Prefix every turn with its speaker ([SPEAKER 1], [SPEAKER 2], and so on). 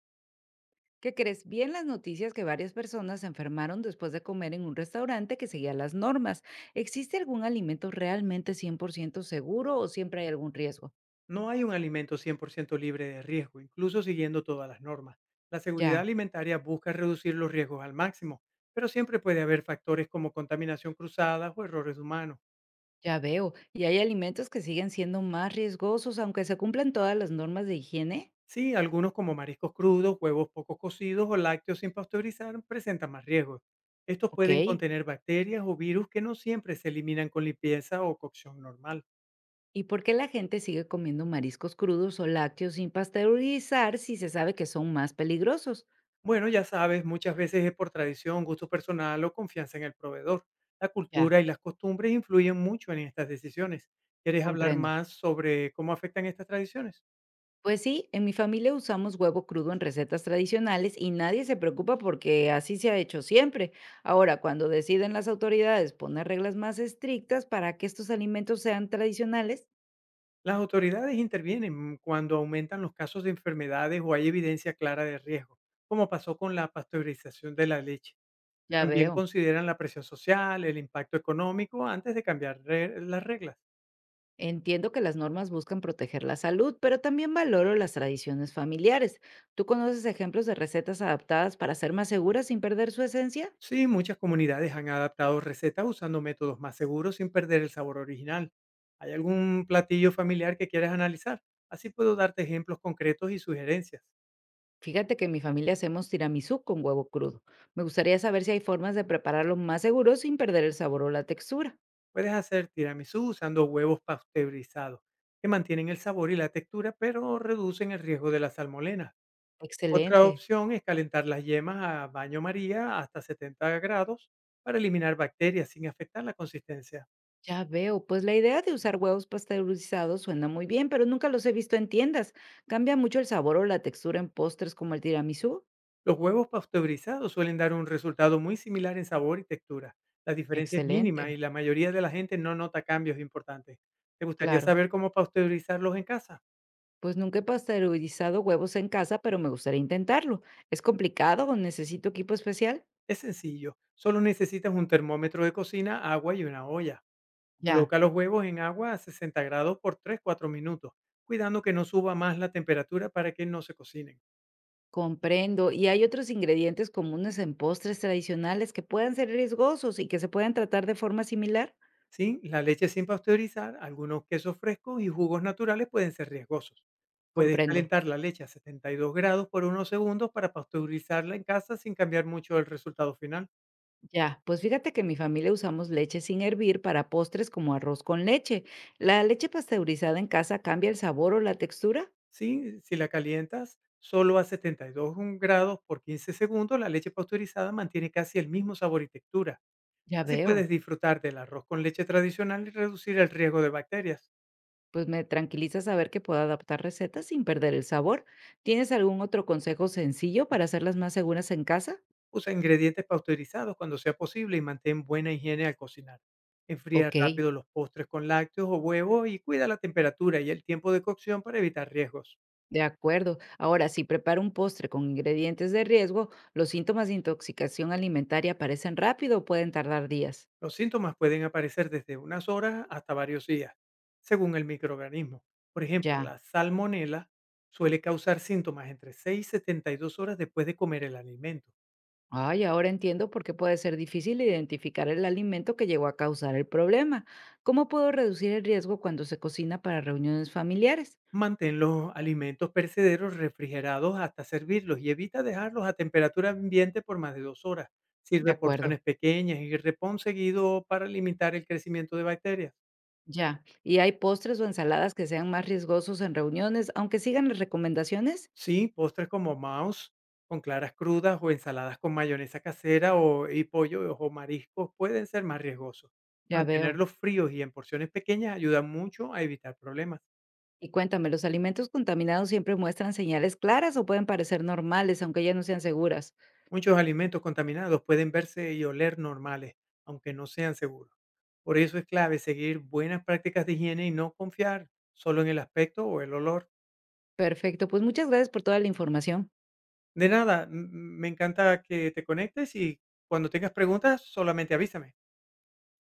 [SPEAKER 1] ¿Qué crees? Vi en las noticias que varias personas se enfermaron después de comer en un restaurante que seguía las normas. ¿Existe algún alimento realmente 100% seguro o siempre hay algún riesgo?
[SPEAKER 2] No hay un alimento 100% libre de riesgo, incluso siguiendo todas las normas. La seguridad
[SPEAKER 1] Ya,
[SPEAKER 2] alimentaria busca reducir los riesgos al máximo, pero siempre puede haber factores como contaminación cruzada o errores humanos.
[SPEAKER 1] ya veo. ¿Y hay alimentos que siguen siendo más riesgosos aunque se cumplan todas las normas de higiene?
[SPEAKER 2] Sí, algunos como mariscos crudos, huevos poco cocidos o lácteos sin pasteurizar presentan más riesgos. Estos
[SPEAKER 1] Ok.
[SPEAKER 2] pueden contener bacterias o virus que no siempre se eliminan con limpieza o cocción normal.
[SPEAKER 1] ¿Y por qué la gente sigue comiendo mariscos crudos o lácteos sin pasteurizar si se sabe que son más peligrosos?
[SPEAKER 2] Bueno, ya sabes, muchas veces es por tradición, gusto personal o confianza en el proveedor. La
[SPEAKER 1] Ya,
[SPEAKER 2] cultura y las costumbres influyen mucho en estas decisiones. ¿Quieres hablar
[SPEAKER 1] comprendo.
[SPEAKER 2] más sobre cómo afectan estas tradiciones?
[SPEAKER 1] Pues sí, en mi familia usamos huevo crudo en recetas tradicionales y nadie se preocupa porque así se ha hecho siempre. Ahora, cuando deciden las autoridades poner reglas más estrictas para que estos alimentos sean tradicionales,
[SPEAKER 2] Las autoridades intervienen cuando aumentan los casos de enfermedades o hay evidencia clara de riesgo, como pasó con la pasteurización de la leche.
[SPEAKER 1] ya
[SPEAKER 2] También
[SPEAKER 1] veo.
[SPEAKER 2] consideran la presión social, el impacto económico antes de cambiar las reglas.
[SPEAKER 1] Entiendo que las normas buscan proteger la salud, pero también valoro las tradiciones familiares. ¿Tú conoces ejemplos de recetas adaptadas para ser más seguras sin perder su esencia?
[SPEAKER 2] Sí, muchas comunidades han adaptado recetas usando métodos más seguros sin perder el sabor original. ¿Hay algún platillo familiar que quieras analizar? Así puedo darte ejemplos concretos y sugerencias.
[SPEAKER 1] Fíjate que en mi familia hacemos tiramisú con huevo crudo. Me gustaría saber si hay formas de prepararlo más seguro sin perder el sabor o la textura.
[SPEAKER 2] Puedes hacer tiramisú usando huevos pasteurizados, que mantienen el sabor y la textura, pero reducen el riesgo de la salmolena. Otra
[SPEAKER 1] Excelente,
[SPEAKER 2] opción es calentar las yemas a baño María hasta 70 grados para eliminar bacterias sin afectar la consistencia.
[SPEAKER 1] ya veo. Pues la idea de usar huevos pasteurizados suena muy bien, pero nunca los he visto en tiendas. ¿Cambia mucho el sabor o la textura en postres como el tiramisú?
[SPEAKER 2] Los huevos pasteurizados suelen dar un resultado muy similar en sabor y textura. La diferencia es mínima
[SPEAKER 1] Excelente,
[SPEAKER 2] y la mayoría de la gente no nota cambios importantes. ¿Te gustaría
[SPEAKER 1] claro.
[SPEAKER 2] saber cómo pasteurizarlos en casa?
[SPEAKER 1] Pues nunca he pasteurizado huevos en casa, pero me gustaría intentarlo. ¿Es complicado o necesito equipo especial?
[SPEAKER 2] Es sencillo, solo necesitas un termómetro de cocina, agua y una olla.
[SPEAKER 1] Ya,
[SPEAKER 2] Coloca los huevos en agua a 60 grados por 3-4 minutos, cuidando que no suba más la temperatura para que no se cocinen.
[SPEAKER 1] comprendo. ¿Y hay otros ingredientes comunes en postres tradicionales que puedan ser riesgosos y que se puedan tratar de forma similar?
[SPEAKER 2] Sí, la leche sin pasteurizar, algunos quesos frescos y jugos naturales pueden ser riesgosos. Puedes
[SPEAKER 1] Comprendo.
[SPEAKER 2] calentar la leche a 72 grados por unos segundos para pasteurizarla en casa sin cambiar mucho el resultado final.
[SPEAKER 1] Ya, pues fíjate que en mi familia usamos leche sin hervir para postres como arroz con leche. ¿La leche pasteurizada en casa cambia el sabor o la textura?
[SPEAKER 2] Sí, si la calientas solo a 72 grados por 15 segundos, la leche pasteurizada mantiene casi el mismo sabor y textura.
[SPEAKER 1] Ya
[SPEAKER 2] Así
[SPEAKER 1] veo.
[SPEAKER 2] puedes disfrutar del arroz con leche tradicional y reducir el riesgo de bacterias.
[SPEAKER 1] Pues me tranquiliza saber que puedo adaptar recetas sin perder el sabor. ¿Tienes algún otro consejo sencillo para hacerlas más seguras en casa?
[SPEAKER 2] Usa ingredientes pasteurizados cuando sea posible y mantén buena higiene al cocinar. Enfría
[SPEAKER 1] Ok,
[SPEAKER 2] rápido los postres con lácteos o huevo y cuida la temperatura y el tiempo de cocción para evitar riesgos.
[SPEAKER 1] de acuerdo. Ahora, si preparo un postre con ingredientes de riesgo, los síntomas de intoxicación alimentaria aparecen rápido o pueden tardar días.
[SPEAKER 2] Los síntomas pueden aparecer desde unas horas hasta varios días, según el microorganismo. Por ejemplo,
[SPEAKER 1] Ya.
[SPEAKER 2] la salmonela suele causar síntomas entre 6 y 72 horas después de comer el alimento.
[SPEAKER 1] Ay, ahora entiendo por qué puede ser difícil identificar el alimento que llegó a causar el problema. ¿Cómo puedo reducir el riesgo cuando se cocina para reuniones familiares?
[SPEAKER 2] Mantén los alimentos perecederos refrigerados hasta servirlos y evita dejarlos a temperatura ambiente por más de 2 horas.
[SPEAKER 1] De
[SPEAKER 2] Sirve
[SPEAKER 1] acuerdo,
[SPEAKER 2] porciones pequeñas y repón seguido para limitar el crecimiento de bacterias.
[SPEAKER 1] ya. ¿Y hay postres o ensaladas que sean más riesgosos en reuniones, aunque sigan las recomendaciones?
[SPEAKER 2] Sí, postres como mouse con claras crudas o ensaladas con mayonesa casera o, y pollo o mariscos pueden ser más riesgosos.
[SPEAKER 1] Ya veo.
[SPEAKER 2] Mantenerlos fríos y en porciones pequeñas ayuda mucho a evitar problemas.
[SPEAKER 1] Y cuéntame, ¿los alimentos contaminados siempre muestran señales claras o pueden parecer normales, aunque ya no sean seguras?
[SPEAKER 2] Muchos alimentos contaminados pueden verse y oler normales, aunque no sean seguros. Por eso es clave seguir buenas prácticas de higiene y no confiar solo en el aspecto o el olor.
[SPEAKER 1] Perfecto, pues muchas gracias por toda la información.
[SPEAKER 2] De nada, me encanta que te conectes y cuando tengas preguntas solamente avísame.